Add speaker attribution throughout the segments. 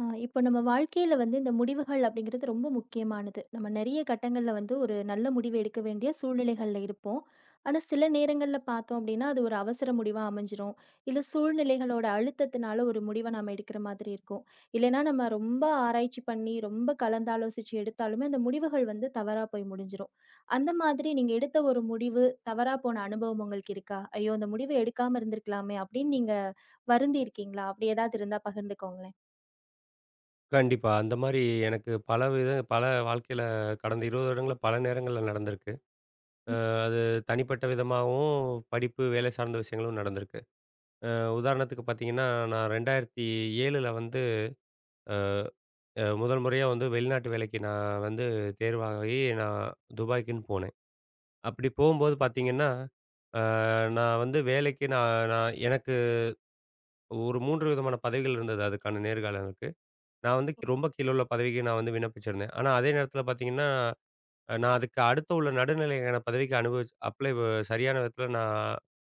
Speaker 1: ஆ, இப்போ நம்ம வாழ்க்கையில வந்து இந்த முடிவுகள் அப்படிங்கிறது ரொம்ப முக்கியமானது. நம்ம நிறைய கட்டங்கள்ல வந்து ஒரு நல்ல முடிவு எடுக்க வேண்டிய சூழ்நிலைகள்ல இருப்போம். ஆனா சில நேரங்கள்ல பார்த்தோம் அப்படின்னா அது ஒரு அவசர முடிவா அமைஞ்சிரும். இல்ல சூழ்நிலைகளோட அழுத்தத்தினால ஒரு முடிவை நாம எடுக்கிற மாதிரி இருக்கும். இல்லைன்னா நம்ம ரொம்ப ஆராய்ச்சி பண்ணி ரொம்ப கலந்தாலோசிச்சு எடுத்தாலுமே அந்த முடிவுகள் வந்து தவறா போய் முடிஞ்சிரும். அந்த மாதிரி நீங்க எடுத்த ஒரு முடிவு தவறா போன அனுபவம் உங்களுக்கு இருக்கா? ஐயோ! இந்த முடிவு எடுக்காம இருந்திருக்கலாமே அப்படின்னு நீங்க வருந்தி இருக்கீங்களா? அப்படி ஏதாவது இருந்தா பகிர்ந்துக்கோங்களேன்.
Speaker 2: கண்டிப்பா. அந்த மாரி எனக்கு பல வாழ்க்கையில கடந்த 20 வருடங்கள்ல பல நேரங்கள்ல நடந்திருக்கு. அ அது தனிப்பட்ட விதமாவும், படிப்பு, வேலை சார்ந்த விஷயங்களும் நடந்திருக்கு. அ உதாரணத்துக்கு பார்த்தீங்கன்னா, நான் 2007ல வந்து முதல் முறையா வந்து வெளிநாட்டு வேலைக்கு நான் வந்து தேர்வாகி நான் துபாய்க்குன்னு போனேன். அப்படி போகும்போது பார்த்தீங்கன்னா, அ நான் வந்து வேலைக்கு நான் நான் எனக்கு ஒரு 3 விதமான பதவிகள் இருந்தது. அதுக்கான நேர்காணலுக்கு. நான் வந்து ரொம்ப கீழ உள்ள பதவிக்கு நான் வந்து விண்ணப்பிச்சிருந்தேன். ஆனா அதே நேரத்தில பார்த்தீங்கன்னா, நான் அதுக்கு அடுத்து உள்ள நடுநிலையான பதவிக்கு அப்ளை சரியான விதத்தில நான்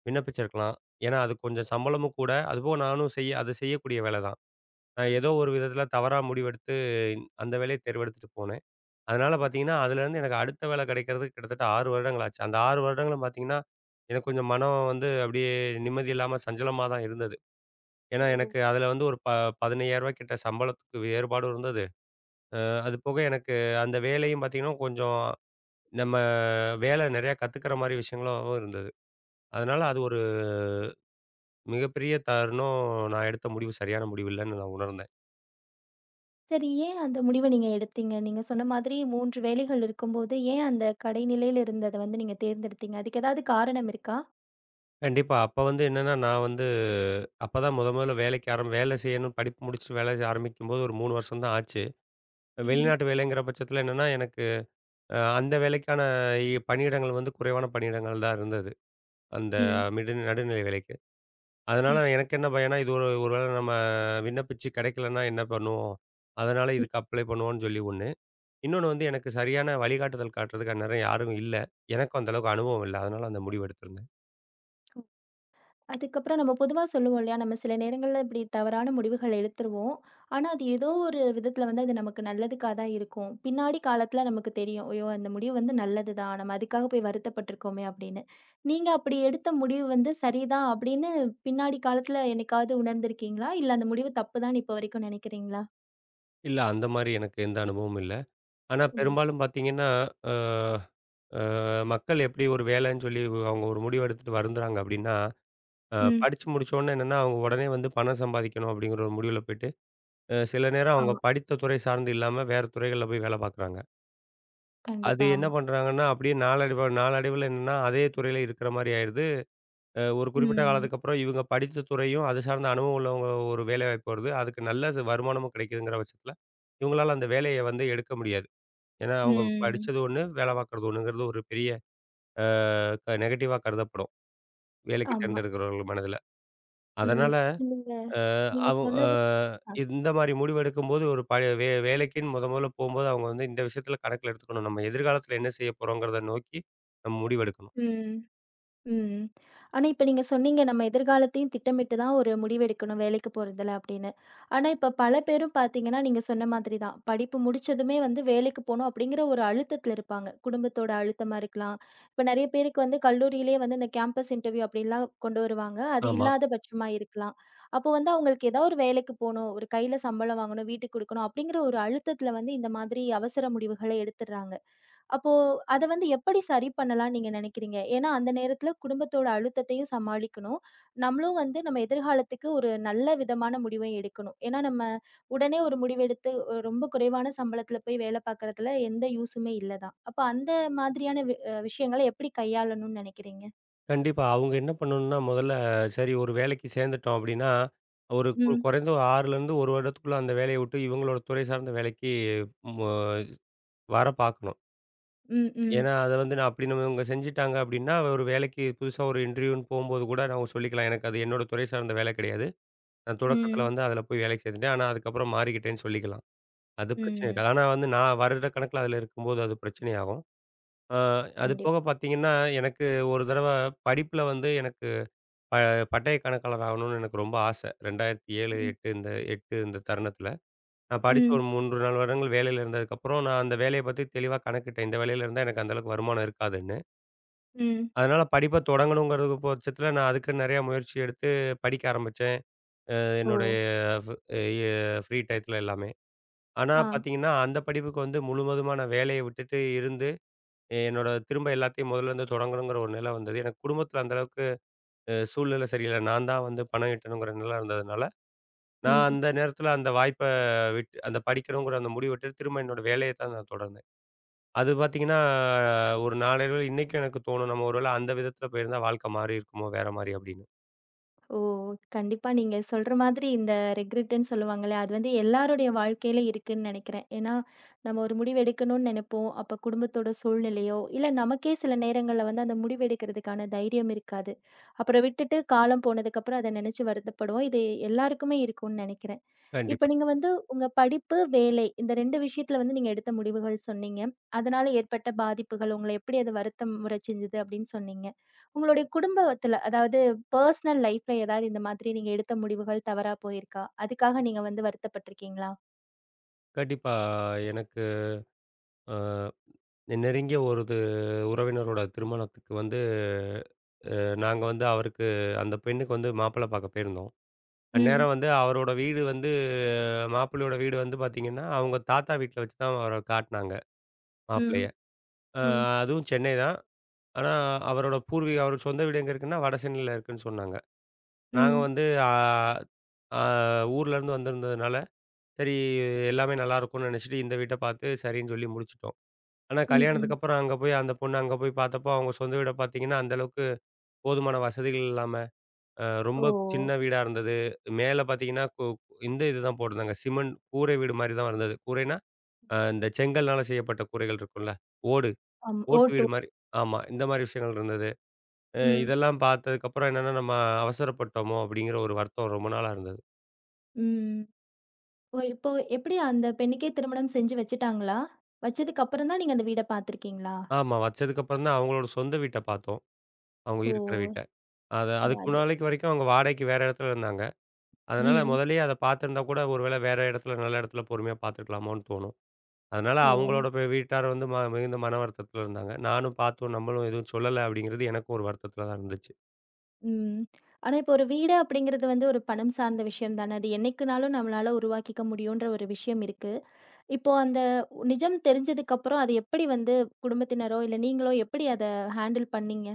Speaker 2: விண்ணப்பிச்சிருக்கலாம். ஏன்னா, அது கொஞ்சம் சம்பளமும் கூட. அதுபோக நானும் செய்ய அது செய்யக்கூடிய வேலை தான். நான் ஏதோ ஒரு விதத்தில தவறா முடிவெடுத்து அந்த வேலைய தேர்வெடுத்துட்டு போனேன். அதனால பார்த்தீங்கன்னா, அதுலேருந்து எனக்கு அடுத்த வேலை கிடைக்கிறதுக்கு கிட்டத்தட்ட 6 வருடங்கள் ஆச்சு. அந்த 6 வருடங்களும் பார்த்தீங்கன்னா, எனக்கு கொஞ்சம் மனம் வந்து அப்டியே நிம்மதி இல்லாம சஞ்சலமா தான் இருந்தது. ஏன்னா,
Speaker 1: ஓ!
Speaker 2: எனக்கு அதுல வந்து ஒரு ரூ. 15,000 கிட்ட சம்பளத்துக்கு வேறுபாடும் இருந்தது. அது போக எனக்கு அந்த வேலையும் பார்த்தீங்கன்னா, கொஞ்சம் நம்ம வேலை நிறையா கத்துக்கிற மாரி விஷயங்களாவும் இருந்தது. அதனால அது ஒரு மிகப்பெரிய தருணம். நான் எடுத்த முடிவு சரியான முடிவு இல்லன்னு நான் உணர்ந்தேன்.
Speaker 1: சரி, ஏன் அந்த முடிவ நீங்க எடுத்தீங்க? நீங்க சொன்ன மாதிரி 3 வேலைகள் இருக்கும்போது, ஏன் அந்த கடைநிலையில இருந்தத வந்து நீங்க தேர்ந்தெடுத்தீங்க? அதுக்கு ஏதாவது காரணம் இருக்கா?
Speaker 2: கண்டிப்பா. அப்ப வந்து என்னன்னா, நான் வந்து அப்பதான் மொதல்ல வேலைக்கு வேலை செய்யணும் படிப்பு முடிச்சுட்டு வேலை செய்ய ஆரம்பிக்கும்போது ஒரு 3 வருஷம் தான் ஆச்சு.
Speaker 1: ம்,
Speaker 2: வெளிநாட்டு வேலைங்கிற பட்சத்தில என்னன்னா, எனக்கு அந்த வேலைக்கான பணியிடங்கள் வந்து குறைவான பணியிடங்கள் தான் இருந்தது. அந்த
Speaker 1: ம்,
Speaker 2: நடுநிலை வேலைக்கு. அதனால
Speaker 1: ம்.
Speaker 2: எனக்கு என்ன பயம்னா, இது ஒரு ஒரு வேளை நம்ம விண்ணப்பிச்சு கிடைக்கலன்னா என்ன பண்ணுவோம்? அதனால இதுக்கு அப்ளை பண்ணுவோம்ன்னு சொல்லி ஒண்ணு. இன்னொன்னு வந்து எனக்கு சரியான வழிகாட்டுதல் காட்டுறதுக்கு அந்நேரம் யாரும் இல்ல. எனக்கும் அந்த அளவுக்கு அனுபவம் இல்ல. அதனால அந்த முடிவு எடுத்திருந்தேன்.
Speaker 1: அதுக்கப்புறம் நம்ம பொதுவா சொல்லுவோம் இல்லையா? நம்ம சில நேரங்கள்ல இப்படி தவறான முடிவுகள் எடுத்துருவோம். ஆனா, அது ஏதோ ஒரு விதத்துல வந்து அது நமக்கு நல்லதுக்கா தான் இருக்கும். பின்னாடி காலத்துல நமக்கு தெரியும். ஐயோ! அந்த முடிவு வந்து நல்லது தான். நம்ம அதுக்காக போய் வருத்தப்பட்டுருக்கோமே அப்படின்னு. நீங்க அப்படி எடுத்த முடிவு வந்து சரிதான் அப்படின்னு பின்னாடி காலத்துல என்னைக்காவது உணர்ந்திருக்கீங்களா? இல்ல அந்த முடிவு தப்புதான்னு இப்ப வரைக்கும் நினைக்கிறீங்களா?
Speaker 2: இல்ல அந்த மாரி எனக்கு எந்த அனுபவமும் இல்ல. ஆனா
Speaker 1: இல்ல.
Speaker 2: பெரும்பாலும் பார்த்தீங்கன்னா, அ அ மக்கள் எப்படி ஒரு வேலைன்னு சொல்லி அவங்க ஒரு முடிவு எடுத்துட்டு வருந்துறாங்க அப்படின்னா,
Speaker 1: ம்.
Speaker 2: படிச்சு முடிச்சோனே என்னன்னா, அவங்க உடனே வந்து பணம் சம்பாதிக்கணும் அப்படிங்கிற ஒரு முடிவுல போயிட்டு, சில நேரம் அவங்க
Speaker 1: ஆமா.
Speaker 2: படித்த துறை சார்ந்து இல்லாம வேற துறைகள்ல போய் வேலை பார்க்குறாங்க. அது
Speaker 1: கண்டிப்பா.
Speaker 2: என்ன
Speaker 1: ஆமா.
Speaker 2: பண்றாங்கன்னா, அப்படியே நாளடைவுல என்னன்னா, அதே துறையில இருக்கிற மாரி ஆயிடுது. ஒரு குறிப்பிட்ட
Speaker 1: ம்.
Speaker 2: காலத்துக்கு அப்புறம் இவங்க படித்த துறையும், அது சார்ந்த அனுபவம் உள்ளவங்க ஒரு வேலைவாய்ப்பு வருது. அதுக்கு நல்ல வருமானமும் கிடைக்குதுங்கிற பட்சத்தில, இவங்களால அந்த வேலைய வந்து எடுக்க முடியாது. ஏன்னா, அவங்க
Speaker 1: ம்.
Speaker 2: படிச்சது ஒண்ணு, வேல பார்க்குறது ஒண்ணுங்கிறது ஒரு பெரிய அ க நெகட்டிவா கருதப்படும். வேலைக்கு
Speaker 1: ஆமா.
Speaker 2: தேர்ந்தெடுக்கிறவர்கள் மனதில.
Speaker 1: ம்.
Speaker 2: அதனால
Speaker 1: நீங்க
Speaker 2: அ
Speaker 1: நீங்க
Speaker 2: அவ் அ
Speaker 1: சொன்னது அ.
Speaker 2: இந்த மாரி முடிவு எடுக்கும்போது ஒரு பழைய வேலைக்குன்னு மொதல்ல போம்போது, அவங்க வந்து இந்த விஷயத்தில கணக்கில எடுத்துக்கணும். நம்ம எதிர்காலத்தில என்ன செய்ய போறோங்கிறத நோக்கி நம்ம முடிவெடுக்கணும்.
Speaker 1: ம். ம். ஆனா, இப்ப நீங்க சொன்னீங்க, நம்ம எதிர்காலத்தையும் திட்டமிட்டு தான் ஒரு முடிவு எடுக்கணும் வேலைக்கு போறதுல அப்படின்னு. ஆனா, இப்ப பல பேரும் பார்த்தீங்கன்னா, நீங்க சொன்ன மாதிரி தான். படிப்பு முடிச்சதுமே வந்து வேலைக்கு போணும் அப்படிங்கிற ஒரு அழுத்தத்துல இருப்பாங்க. குடும்பத்தோட அழுத்தமா இருக்கலாம். இப்ப நெறைய பேருக்கு வந்து கல்லூரியிலேயே வந்து இந்த கேம்பஸ் இன்டர்வியூ அப்படிலாம் கொண்டு வருவாங்க. அது
Speaker 2: ஆமா.
Speaker 1: இல்லாத பட்சமா இருக்கலாம். அப்போ வந்து அவங்களுக்கு ஏதாவது ஒரு வேலைக்கு போணும், ஒரு கையில சம்பளம் வாங்கணும், வீட்டுக்கு குடுக்கணும் அப்படிங்கிற ஒரு அழுத்தத்துல வந்து இந்த மாதிரி அவசர முடிவுகள எடுத்துடுறாங்க. அப்போ அத வந்து எப்படி சரி பண்ணலாம்னு நீங்க நினைக்கிறீங்க? ஏன்னா, அந்த நேரத்துல குடும்பத்தோட அழுத்தத்தையும் சமாளிக்கணும். நம்மளும் வந்து நம்ம எதிர்காலத்துக்கு ஒரு நல்ல விதமான முடிவை எடுக்கணும். ஏன்னா, நம்ம உடனே ஒரு முடிவெடுத்து ரொம்ப குறைவான சம்பளத்துல போய் வேலை பார்க்கறதுல எந்த யூசுமே இல்ல தான். அப்ப அந்த மாதிரியான வி அ விஷயங்கள எப்படி கையாளணும்னு நினைக்கிறீங்க?
Speaker 2: கண்டிப்பா. அவங்க என்ன பண்ணணும்னா, முதல்ல சரி ஒரு வேலைக்கு சேர்ந்துட்டோம் அப்படின்னா, ஒரு
Speaker 1: ம்.
Speaker 2: குறைந்த ஒரு 6லருந்து 1 வருடத்துக்குள்ள அந்த வேலைய விட்டு இவங்களோட துறை சார்ந்த வேலைக்கு மு வர பார்க்கணும்.
Speaker 1: ம். ம்.
Speaker 2: ஏன்னா, அத வந்து நான் அப்படி நம்ம இவங்க செஞ்சுட்டாங்க அப்படின்னா, ஒரு வேலைக்கு புதுசா ஒரு இன்டர்வியூன்னு போம்போது கூட நான் சொல்லிக்கலாம். எனக்கு அது என்னோட துறை சார்ந்த வேலை கிடையாது. நான் தொடக்கத்தில
Speaker 1: ம்.
Speaker 2: வந்து அதில போய் வேலைக்கு சேர்ந்துட்டேன். ஆனா, அதுக்கப்புறம் மாறிக்கிட்டேன்னு சொல்லிக்கலாம். அது பிரச்சனை
Speaker 1: ம்.
Speaker 2: இருக்காது. ஆனா வந்து நான் வருட கணக்கில அதில இருக்கும்போது அது பிரச்சனையாகும். ஆ அது போக
Speaker 1: கண்டிப்பா.
Speaker 2: பார்த்தீங்கன்னா, எனக்கு ஒரு தடவ படிப்புல வந்து எனக்கு ப பட்டய கணக்காளர் ஆகணும்னு எனக்கு ரொம்ப ஆசை. 2007,
Speaker 1: ம்.
Speaker 2: 8 இந்த தருணத்தில. நான் படிச்சு
Speaker 1: ம்.
Speaker 2: ஒரு 3, 4 வருடங்கள் வேலையில இருந்ததுக்கப்புறம், நான் அந்த வேலைய பத்தி தெளிவா கணக்கிட்டேன். இந்த வேலையில இருந்தா எனக்கு அந்த அளவுக்கு வருமானம் இருக்காதுன்னு.
Speaker 1: ம்.
Speaker 2: அதனால படிப்ப தொடங்கணுங்கிறது பட்சத்தில நான் அதுக்குன்னு நெறையா முயற்சி எடுத்து படிக்க ஆரம்பிச்சேன்.
Speaker 1: ஓ!
Speaker 2: என்னுடைய ஃப் எ ஃப்ரீ டயத்துல எல்லாமே. ஆனா
Speaker 1: ஆ.
Speaker 2: பார்த்தீங்கன்னா, அந்த படிப்புக்கு வந்து முழுவதுமா நான் வேலைய விட்டுட்டு இருந்து, என்னோட திரும்ப எல்லாத்தையும் முதல்லருந்து தொடங்கணுங்கிற ஒரு நிலை வந்தது. எனக்கு குடும்பத்தில அந்த அளவுக்கு சூழ்நிலை சரியில்ல. நான் தான் வந்து பணம் ஈட்டணுங்கிற நிலை இருந்ததுனால, நான்
Speaker 1: ம்.
Speaker 2: அந்த நேரத்துல அந்த வாய்ப்ப விட்டு அந்த படிக்கணுங்கிற அந்த முடிவு விட்டுட்டு, திரும்ப என்னோட வேலைய தான் நான் தொடர்ந்தேன். அது பார்த்தீங்கன்னா, ஒரு நாளடைவுல இன்னைக்கும் எனக்கு தோணும், நம்ம ஒருவேள அந்த விதத்துல போயிருந்தா வாழ்க்கை மாறியிருக்குமோ! வேற மாரி அப்படின்னு.
Speaker 1: ஓ! கண்டிப்பா நீங்க சொல்ற மாதிரி இந்த ரெக்ரெட்டுன்னு சொல்லுவாங்கல்ல, அது வந்து எல்லாருடைய வாழ்க்கையில இருக்குன்னு நெனைக்கிறேன். ஏன்னா, நம்ம ஒரு முடிவு எடுக்கணும்னு நெனைப்போம். அப்ப குடும்பத்தோட சூழ்நிலையோ, இல்ல நமக்கே சில நேரங்கள்ல வந்து அந்த முடிவு எடுக்கிறதுக்கான தைரியம் இருக்காது. அப்புறம் விட்டுட்டு காலம் போனதுக்கப்புறம் அத நெனைச்சு வருத்தப்படுவோம். இது எல்லாருக்குமே இருக்கும்னு நெனைக்கிறேன். இப்ப
Speaker 2: கண்டிப்பா.
Speaker 1: நீங்க வந்து உங்க படிப்பு, வேலை இந்த 2 விஷயத்துல வந்து நீங்க எடுத்த முடிவுகள் சொன்னீங்க. அதனால ஏற்பட்ட பாதிப்புகள் உங்கள எப்படி அது வருத்தம் உற செஞ்சது அப்படின்னு சொன்னீங்க. உங்களுடைய குடும்பத்துல அதாவது பர்சனல் லைஃப்ல ஏதாவது இந்த மாதிரி நீங்க எடுத்த முடிவுகள் தவறா போயிருக்கா? அதுக்காக நீங்க வந்து வருத்தப்பட்டுருக்கீங்களா?
Speaker 2: கண்டிப்பா. எனக்கு அ நெருங்கிய உறவினரோட திருமணத்துக்கு வந்து நாங்க வந்து அவருக்கு அந்த பெண்ணுக்கு வந்து மாப்பிள்ளை பார்க்க போயிருந்தோம்.
Speaker 1: ம்,
Speaker 2: அந்நேரம் வந்து அவரோட வீடு வந்து மாப்பிள்ளையோட வீடு வந்து பார்த்தீங்கன்னா, அவங்க தாத்தா வீட்ல வச்சு தான் அவர காட்டுனாங்க மாப்பிள்ளைய.
Speaker 1: ம்,
Speaker 2: அ
Speaker 1: ம்,
Speaker 2: அதுவும் சென்னை தான். ஆனா, அவரோட பூர்வீகம் அவருக்கு சொந்த வீடு எங்க இருக்குன்னா, வடசென்னையில இருக்குன்னு சொன்னாங்க. நாங்க
Speaker 1: ம்,
Speaker 2: வந்து ஆ ஆ ஊர்லேருந்து வந்திருந்ததுனால, சரி எல்லாமே நல்லாயிருக்கும்னு நினச்சிட்டு இந்த வீட்ட பார்த்து சரின்னு சொல்லி முடிச்சுட்டோம். ஆனா,
Speaker 1: ம், ம்.
Speaker 2: கல்யாணத்துக்கு அப்புறம் அங்க போய் அந்த பொண்ணு அங்க போய் பார்த்தப்போ, அவங்க சொந்த வீட பார்த்தீங்கன்னா, அந்த அளவுக்கு போதுமான வசதிகள் இல்லாம,
Speaker 1: ஓ!
Speaker 2: ரொம்ப சின்ன வீடா இருந்தது. மேல பார்த்தீங்கன்னா, இது தான் போட்டிருந்தாங்க. சிமெண்ட் கூரை வீடு மாரி தான் இருந்தது. கூரைன்னா, இந்த செங்கல்னால செய்யப்பட்ட கூரைகள் இருக்கும்ல, ஓடு
Speaker 1: அம்
Speaker 2: ஓட்டு
Speaker 1: ஓ2.
Speaker 2: வீடு மாரி. ஆமா. இந்த மாரி விஷயங்கள் இருந்தது.
Speaker 1: ம்,
Speaker 2: இதெல்லாம் பார்த்ததுக்கப்புறம் என்னன்னா, நம்ம அவசரப்பட்டோமோ! அப்படிங்கிற ஒரு வருத்தம் ரொம்ப நாளா இருந்தது.
Speaker 1: ம். ஓ! இப்போ எப்படி அந்த பெண்ணுக்கே திருமணம் செஞ்சு வச்சுட்டாங்களா? வச்சதுக்கு அப்புறம் தான் நீங்க அந்த வீட பார்த்துருக்கீங்களா?
Speaker 2: ஆமா. வச்சதுக்கப்புறம் தான் அவங்களோட சொந்த வீட்ட பார்த்தோம். அவங்க
Speaker 1: ஓ!
Speaker 2: இருக்கிற வீட்ட. அதுக்கு
Speaker 1: அது.
Speaker 2: முன்னாளைக்கு வரைக்கும் அவங்க வாடகைக்கு வேற இடத்துல இருந்தாங்க. அதனால
Speaker 1: ம்.
Speaker 2: முதல்லயே அத பார்த்திருந்தா கூட ஒருவேளை வேற இடத்துல நல்ல இடத்துல பொறுமையா பார்த்துருக்கலாமோன்னு தோணும். அதனால
Speaker 1: ஓ!
Speaker 2: அவங்களோட வீட்டார் வந்து மிகுந்த மன வருத்தத்துல இருந்தாங்க. நானும் பார்த்தோம் நம்மளும் எதுவும் சொல்லல அப்படிங்கிறது எனக்கும் ஒரு வருத்தத்துல தான் இருந்துச்சு.
Speaker 1: ம். ஆனா இப்போ ஒரு வீடு அப்படிங்கிறது வந்து ஒரு பணம் சார்ந்த விஷயம் தானே. அது என்னைக்குனாலும் நம்மளால உருவாக்கிக்க முடியுன்ற ஒரு விஷயம் இருக்கு. இப்போ அந்த நிஜம் தெரிஞ்சதுக்கு அப்புறம் அது எப்படி வந்து குடும்பத்தினரோ, இல்ல நீங்களோ எப்படி அத ஹேண்டில் பண்ணீங்க?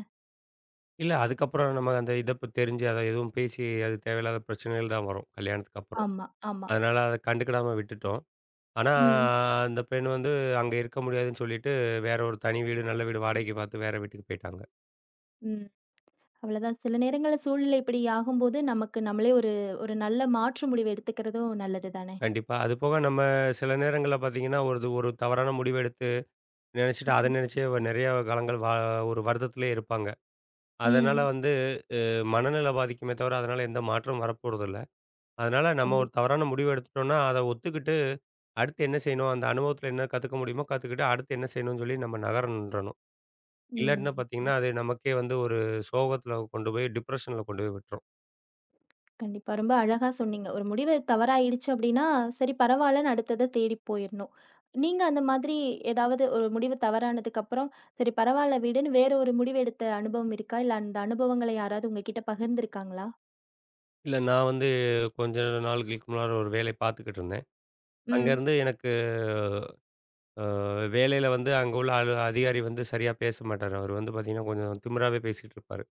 Speaker 2: இல்ல அதுக்கப்புறம் நம்ம அந்த இத தெரிஞ்சு அத எதுவும் பேசி அது தேவையில்லாத பிரச்சனைகள் தான் வரும் கல்யாணத்துக்கு அப்புறம்.
Speaker 1: ஆமா, ஆமா.
Speaker 2: அதனால அத கண்டுக்கிடாம விட்டுட்டோம். ஆனா,
Speaker 1: ம்,
Speaker 2: அந்த பெண் வந்து அங்க இருக்க முடியாதுன்னு சொல்லிட்டு, வேற ஒரு தனி வீடு, நல்ல வீடு வாடகைக்கு பார்த்து வேற வீட்டுக்கு போயிட்டாங்க.
Speaker 1: ம். அவ்வளதான். சில நேரங்கள்ல சூழ்நிலை இப்படி ஆகும்போது நமக்கு நம்மளே ஒரு ஒரு நல்ல மாற்று முடிவு எடுத்துக்கிறதும் நல்லது தானே.
Speaker 2: கண்டிப்பா. அதுபோக நம்ம சில நேரங்கள்ல பார்த்தீங்கன்னா, ஒரு ஒரு தவறான முடிவு எடுத்து நினைச்சுட்டு, அத
Speaker 1: ம்.
Speaker 2: நினைச்சே நிறைய காலங்கள் ஒரு வருத்தத்திலேயே இருப்பாங்க. அதனால
Speaker 1: ம்.
Speaker 2: வந்து மனநிலை பாதிக்குமே தவிர, அதனால எந்த மாற்றமும் வரப்போறதில்ல. அதனால நம்ம ஒரு
Speaker 1: கண்டிப்பா.
Speaker 2: தவறான முடிவு எடுத்துட்டோம்னா, அத ஒத்துக்கிட்டு, அடுத்து என்ன செய்யணும்? அந்த அனுபவத்தில என்ன கத்துக்க முடியுமோ கத்துக்கிட்டு, அடுத்து என்ன செய்யணும்னு சொல்லி நம்ம நகரன்றணும்.
Speaker 1: ம்.
Speaker 2: இல்லாட்டினா பார்த்தீங்கன்னா, அது நமக்கே வந்து ஒரு சோகத்தில கொண்டு போய் டிப்ரஷன்ல கொண்டு போய் விட்டுரும்.
Speaker 1: கண்டிப்பா. ரொம்ப அழகா சொன்னீங்க. ஒரு முடிவு தவறாயிடுச்சு அப்டின்னா, சரி பரவால்லன்னு அடுத்தத தேடி போயிரணும். நீங்க அந்த மாதிரி ஏதாவது ஒரு முடிவு தவறானதுக்கப்புறம், சரி பரவால்ல விடுன்னு வேற ஒரு முடிவு எடுத்த அனுபவம் இருக்கா? இல்ல அந்த அனுபவங்கள யாராவது உங்ககிட்ட பகிர்ந்திருக்காங்களா?
Speaker 2: இல்ல நான் வந்து கொஞ்ச நாள்களுக்கு முன்னால ஒரு வேலை பார்த்துக்கிட்டு இருந்தேன்.
Speaker 1: ம்.
Speaker 2: அங்கேருந்து எனக்கு அ வேலையில வந்து அங்க உள்ள அதிகாரி வந்து சரியா பேச மாட்டாரு. அவரு வந்து பார்த்தீங்கன்னா, கொஞ்சம் திமிராவே பேசிட்டு இருப்பாரு.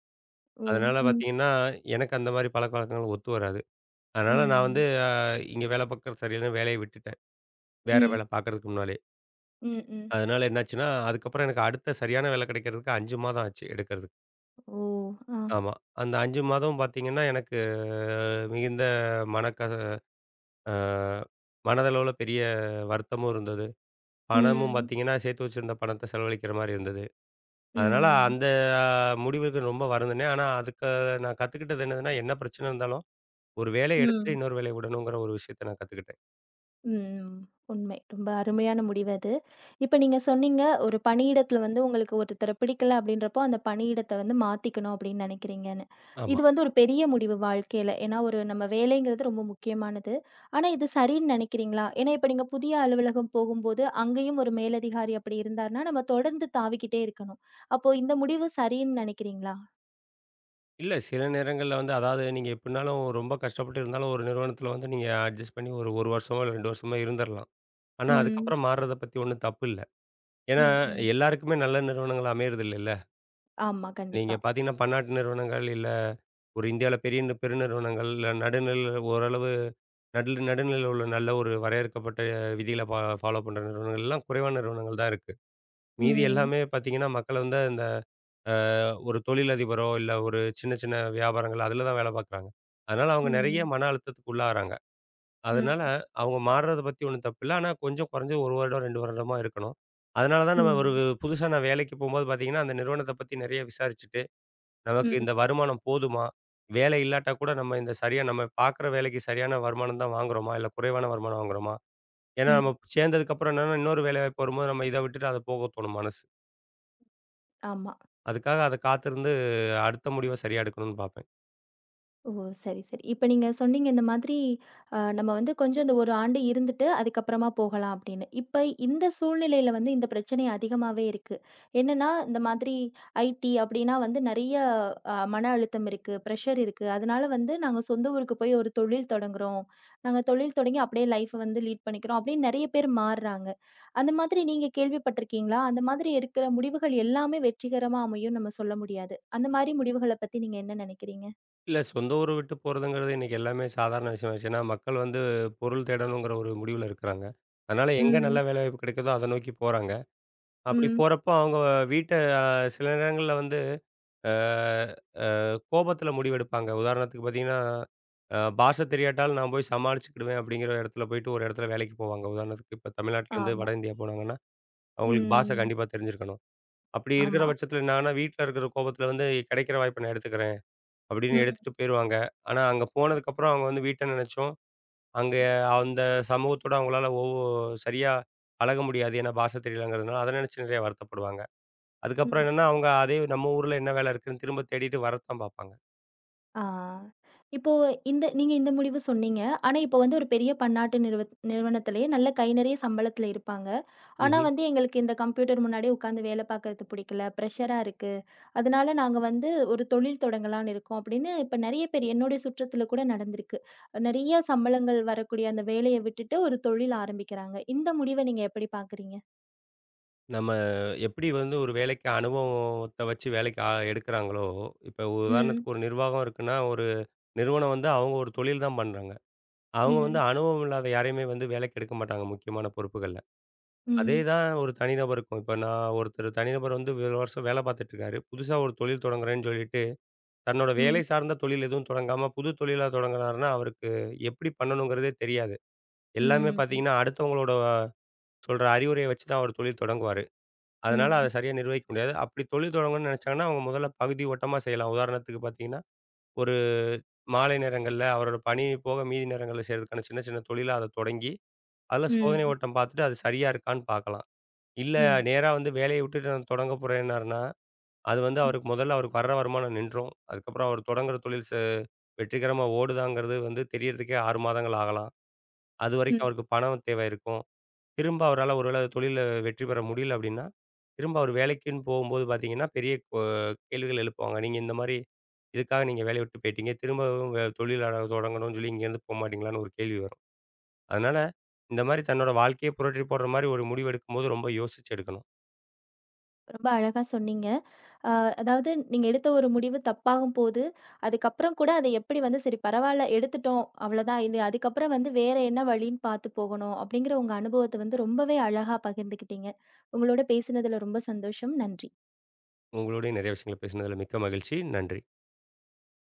Speaker 1: ஓ!
Speaker 2: அதனால
Speaker 1: ம்.
Speaker 2: பார்த்தீங்கன்னா, எனக்கு அந்த மாரி பழக்கவழக்கங்கள் ஒத்து வராது. அதனால நான் வந்து
Speaker 1: ம்.
Speaker 2: இங்க வேலை பார்க்கறது சரியில்லன்னு வேலைய விட்டுட்டேன். வேற
Speaker 1: ம்.
Speaker 2: வேலை பார்க்கறதுக்கு முன்னாலயே.
Speaker 1: ம். ம்.
Speaker 2: அதனால என்னாச்சுன்னா, அதுக்கப்புறம் எனக்கு அடுத்த சரியான வேலை கிடைக்கிறதுக்கு 5 மாதம் ஆச்சு எடுக்கிறதுக்கு.
Speaker 1: ஓ! ஆ.
Speaker 2: ஆமா. அந்த 5 மாதம் பார்த்தீங்கன்னா, எனக்கு மிகுந்த மனக்க அ மனதளவுல பெரிய வருத்தமும் இருந்தது. பணமும்
Speaker 1: ம்.
Speaker 2: பார்த்தீங்கன்னா, சேர்த்து வச்சிருந்த பணத்த செலவழிக்கிற மாரி இருந்தது. அதனால
Speaker 1: ம்.
Speaker 2: அந்த முடிவுக்கு ரொம்ப வருந்தினேன். ஆனா, அதுக்கு நான் கத்துக்கிட்டது என்னதுன்னா, என்ன பிரச்சனை இருந்தாலும், ஒரு வேலைய எடுத்துட்டு
Speaker 1: ம்.
Speaker 2: இன்னொரு வேலைய விடணுங்கிற ஒரு விஷயத்த நான் கத்துக்கிட்டேன்.
Speaker 1: ம். உண்மை. ரொம்ப அருமையான முடிவு அது. இப்ப நீங்க சொன்னீங்க, ஒரு பணியிடத்துல வந்து உங்களுக்கு ஒருத்தர பிடிக்கல அப்டின்றப்போ, அந்த பணியிடத்த வந்து மாத்திக்கணும் அப்டின்னு நெனைக்கிறீங்கன்னு.
Speaker 2: ஆமா.
Speaker 1: இது வந்து ஒரு பெரிய முடிவு வாழ்க்கையில. ஏன்னா, ஒரு நம்ம வேலைங்கிறது ரொம்ப முக்கியமானது. ஆனா, இது சரின்னு நெனைக்கிறீங்களா? ஏன்னா, இப்ப நீங்க புதிய அலுவலகம் போகும்போது, அங்கேயும் ஒரு மேலதிகாரி அப்படி இருந்தார்னா, நம்ம தொடர்ந்து தாவிக்கிட்டே இருக்கணும். அப்போ இந்த முடிவு சரின்னு நெனைக்கிறீங்களா?
Speaker 2: இல்ல சில நேரங்கள்ல வந்து அதாவது நீங்க எப்டினாலும் ரொம்ப கஷ்டப்பட்டு இருந்தாலும் ஒரு நிறுவனத்தில வந்து நீங்க அட்ஜஸ்ட் பண்ணி ஒரு 1 வருஷமோ, இல்ல 2 வருஷமோ இருந்துரலாம். ஆனா,
Speaker 1: ம்.
Speaker 2: அதுக்கப்புறம் மாறுறத பத்தி ஒண்ணும் தப்பு இல்ல. ஏன்னா,
Speaker 1: ம், ம்.
Speaker 2: எல்லாருக்குமே நல்ல நிறுவனங்கள் அமையறது இல்லல்ல.
Speaker 1: ஆமா.
Speaker 2: நீங்க
Speaker 1: கண்டிப்பா.
Speaker 2: பார்த்தீங்கன்னா, பன்னாட்டு நிறுவனங்கள், இல்ல ஒரு இந்தியாவில பெரிய பெருநிறுவனங்கள், இல்ல நடுநிலை ஓரளவு நடுநிலையில உள்ள நல்ல ஒரு வரையறுக்கப்பட்ட விதிகள ஃபாலோ பண்ற நிறுவனங்கள்லாம் குறைவான நிறுவனங்கள் தான் இருக்கு. மீதி
Speaker 1: ம்.
Speaker 2: எல்லாமே பார்த்தீங்கன்னா, மக்கள் வந்து இந்த அ ஒரு தொழிலதிபரோ, இல்ல ஒரு சின்ன சின்ன வியாபாரங்கள் அதில தான் வேலை பார்க்குறாங்க. அதனால அவங்க நெறைய
Speaker 1: ம்.
Speaker 2: மன அழுத்தத்துக்கு உள்ளாகுறாங்க.
Speaker 1: ம்.
Speaker 2: அதனால அவங்க மாறுறத பத்தி ஒண்ணும் தப்பில்ல. ஆனா கொஞ்சம் குறைஞ்சது 1 வருடம், 2 வருடமா இருக்கணும். அதனால தான் நம்ம ஒரு
Speaker 1: ம்.
Speaker 2: புதுசா நான் வேலைக்கு போம்போது பார்த்தீங்கன்னா, அந்த நிறுவனத்த பத்தி நெறைய விசாரிச்சுட்டு நமக்கு
Speaker 1: ம்.
Speaker 2: இந்த வருமானம் போதுமா? வேலை இல்லாட்டா கூட நம்ம இந்த சரியா நம்ம பார்க்குற வேலைக்கு சரியான வருமானம் தான் வாங்குறோமா? இல்ல குறைவான வருமானம் வாங்குறோமா? ஏன்னா
Speaker 1: ம்.
Speaker 2: நம்ம சேர்ந்ததுக்கு அப்புறம் என்னன்னா இன்னொரு வேலைவாய்ப்பு வரும்போது நம்ம இத விட்டுட்டு அத போக தோணும் மனசு.
Speaker 1: ஆமா.
Speaker 2: அதுக்காக அத காத்திருந்து அடுத்த முடிவ சரியா எடுக்கணும்னு பார்ப்பேன்.
Speaker 1: ஓ! சரி, சரி. இப்ப நீங்க சொன்னீங்க இந்த மாதிரி நம்ம வந்து கொஞ்சம் இந்த 1 ஆண்டு இருந்துட்டு அதுக்கப்புறமா போகலாம் அப்படின்னு. இப்ப இந்த சூழ்நிலையில வந்து இந்த பிரச்சனை அதிகமாவே இருக்கு. என்னன்னா, இந்த மாதிரி ஐடி அப்படின்னா வந்து நெறைய மன அழுத்தம் இருக்கு, பிரஷர் இருக்கு. அதனால வந்து நாங்க சொந்த ஊருக்கு போய் ஒரு தொழில் தொடங்குறோம். நாங்க தொழில் தொடங்கி அப்படியே லைஃப் வந்து லீட் பண்ணிக்கிறோம் அப்படின்னு நெறைய பேர் மாறுறாங்க. அந்த மாதிரி நீங்க கேள்விப்பட்டிருக்கீங்களா? அந்த மாதிரி இருக்கிற முடிவுகள் எல்லாமே வெற்றிகரமா அமையும்னு நம்ம சொல்ல முடியாது. அந்த மாரி முடிவுகள பத்தி நீங்க என்ன நெனைக்கிறீங்க?
Speaker 2: இல்ல சொந்த ஊர விட்டு போறதுங்கிறது இன்னைக்கு எல்லாமே சாதாரண விஷயமாயிருச்சு. ஏன்னா மக்கள் வந்து பொருள் தேடணுங்கிற ஒரு முடிவுல இருக்கிறாங்க. அதனால எங்க நல்ல
Speaker 1: ம்.
Speaker 2: வேலைவாய்ப்பு கிடைக்குதோ அத நோக்கி போறாங்க. அப்படி
Speaker 1: ம்.
Speaker 2: போறப்போ அவங்க வீட்ட அ சில நேரங்கள்ல வந்து அ கோபத்தில முடிவெடுப்பாங்க. உதாரணத்துக்கு பார்த்தீங்கன்னா, பாஷ தெரியாட்டாலும் நான் போய் சமாளிச்சுக்கிடுவேன் அப்படிங்கிற இடத்துல போயிட்டு ஒரு இடத்துல வேலைக்கு போவாங்க. உதாரணத்துக்கு இப்ப தமிழ்நாட்டிலேருந்து வட
Speaker 1: ஆமா.
Speaker 2: இந்தியா போனாங்கன்னா, அவங்களுக்கு பாஷ
Speaker 1: ம்.
Speaker 2: கண்டிப்பா தெரிஞ்சிருக்கணும். அப்படி இருக்கிற
Speaker 1: ஆமா.
Speaker 2: பட்சத்தில என்னாகும்னா, வீட்ல இருக்கிற கோபத்தில வந்து கிடைக்கிற வாய்ப்ப நான் எடுத்துக்கிறேன் அப்படின்னு
Speaker 1: ம்.
Speaker 2: எடுத்துட்டு போயிருவாங்க. ஆனா அங்க போனதுக்கப்புறம் அவங்க வந்து வீட்ட நினைச்சும், அங்க அந்த சமூகத்தோட அவங்களால சரியா பழக முடியாது. ஏன்னா பாஷ தெரியலங்கிறதுனால, அத நினைச்சு நிறைய வருத்தப்படுவாங்க. அதுக்கப்புறம்
Speaker 1: ம்.
Speaker 2: என்னன்னா, அவங்க அதே நம்ம ஊர்ல என்ன வேலை இருக்குன்னு திரும்ப தேடிட்டு வரத்தான் பார்ப்பாங்க.
Speaker 1: ஆ. இப்போ இந்த நீங்க இந்த முடிவு சொன்னீங்க. ஆனா, இப்போ வந்து ஒரு பெரிய பன்னாட்டு நிறுவனத்திலேயே நல்ல கை நிறைய சம்பளத்தில இருப்பாங்க. ஆனா
Speaker 2: ம்ஹ்ம்.
Speaker 1: வந்து எங்களுக்கு இந்த கம்ப்யூட்டர் முன்னாடியே உட்காந்து வேலை பார்க்கறது பிடிக்கல. பிரஷரா இருக்கு. அதனால நாங்க வந்து ஒரு தொழில் தொடங்கலான்னு இருக்கோம் அப்படின்னு இப்ப நெறைய பேர் என்னுடைய சுற்றத்தில கூட நடந்திருக்கு. நெறைய சம்பளங்கள் வரக்கூடிய அந்த வேலைய விட்டுட்டு ஒரு தொழில் ஆரம்பிக்கிறாங்க. இந்த முடிவ நீங்க எப்படி பார்க்குறீங்க?
Speaker 2: நம்ம எப்படி வந்து ஒரு வேலைக்கு அனுபவத்த வச்சு வேலைக்கு எடுக்குறாங்களோ, இப்ப
Speaker 1: ம்.
Speaker 2: உதாரணத்துக்கு ஒரு நிர்வாகம் இருக்குன்னா, ஒரு நிறுவனம் வந்து அவங்க ஒரு தொழில் தான் பண்றாங்க. அவங்க வந்து
Speaker 1: ம்.
Speaker 2: அனுபவம் இல்லாத யாரையுமே வந்து வேலைக்கு எடுக்க மாட்டாங்க முக்கியமான பொறுப்புகள்ல. அதே
Speaker 1: ம்.
Speaker 2: தான் ஒரு தனிநபருக்கும். இப்ப நான் ஒருத்தர் தனிநபர் வந்து ஒரு வருஷம் வேலை பார்த்துட்டு இருக்காரு. புதுசா ஒரு தொழில் தொடங்குறேன்னு சொல்லிட்டு, தன்னோட வேலை
Speaker 1: ம்.
Speaker 2: சார்ந்த தொழில் எதுவும் தொடங்காம புது தொழிலா தொடங்குனாருன்னா, அவருக்கு எப்படி பண்ணணுங்கிறதே தெரியாது. எல்லாமே
Speaker 1: ம்.
Speaker 2: பார்த்தீங்கன்னா, அடுத்தவங்களோட சொல்ற அறிவுரைய வச்சு தான் அவர் தொழில் தொடங்குவாரு. அதனால அத
Speaker 1: ம்.
Speaker 2: சரியா நிர்வகிக்க முடியாது. அப்படி தொழில் தொடங்கணும்னு நெனைச்சாங்கன்னா, அவங்க முதல்ல பகுதி ஓட்டமா செய்யலாம். உதாரணத்துக்கு பார்த்தீங்கன்னா, ஒரு மாலை நேரங்கள்ல அவரோட பணி போக மீதி நேரங்கள்ல செய்றதுக்கான சின்ன சின்ன தொழிலா அத தொடங்கி, அதில சோதனை
Speaker 1: ம்.
Speaker 2: ஓட்டம் பார்த்துட்டு அது சரியா இருக்கான்னு பார்க்கலாம். இல்ல
Speaker 1: ம்.
Speaker 2: நேரா வந்து வேலைய விட்டுட்டு நான் தொடங்க போறேன்னாருன்னா, அது வந்து
Speaker 1: ம்.
Speaker 2: அவருக்கு முதல்ல அவருக்கு வர்ற வருமானம் நின்றும். அதுக்கப்புறம் அவர் தொடங்குற தொழில் வெற்றிகரமா ஓடுதாங்கிறது வந்து தெரியறதுக்கே 6 மாதங்கள் ஆகலாம். அதுவரைக்கும்
Speaker 1: ம்.
Speaker 2: அவருக்கு பணம் தேவை இருக்கும். திரும்ப அவரால ஒரு வேள தொழில்ல வெற்றி பெற முடியல அப்படின்னா, திரும்ப அவர் வேலைக்குன்னு போகும்போது பார்த்தீங்கன்னா, பெரிய கேள்விகள் எழுப்புவாங்க. நீங்க இந்த மாரி இதுக்காக நீங்க வேலைய விட்டு போயிட்டீங்க. திரும்பவும் தொழில் தொடங்கணும்னு சொல்லி இங்கேருந்து போமாட்டீங்களான்னு ஒரு கேள்வி வரும். அதனால இந்த மாரி தன்னோட வாழ்க்கையே புரட்டி போடுற மாரி ஒரு முடிவு எடுக்கும்போது ரொம்ப யோசிச்சு எடுக்கணும்.
Speaker 1: ரொம்ப அழகா சொன்னீங்க. அ அதாவது நீங்க எடுத்த ஒரு முடிவு தப்பாகும்போது, அதுக்கப்புறம் கூட அத எப்படி வந்து சரி பரவால்ல எடுத்துட்டோம். அவ்வளோதான். இது அதுக்கப்புறம் வந்து வேற என்ன வழின்னு பார்த்து போகணும். அப்படிங்கிற உங்க அனுபவத்த வந்து ரொம்பவே அழகா பகிர்ந்துக்கிட்டீங்க. உங்களோட பேசினதுல ரொம்ப சந்தோஷம். நன்றி.
Speaker 2: உங்களோடயும் நெறைய விஷயங்கள பேசினதுல மிக்க மகிழ்ச்சி. நன்றி.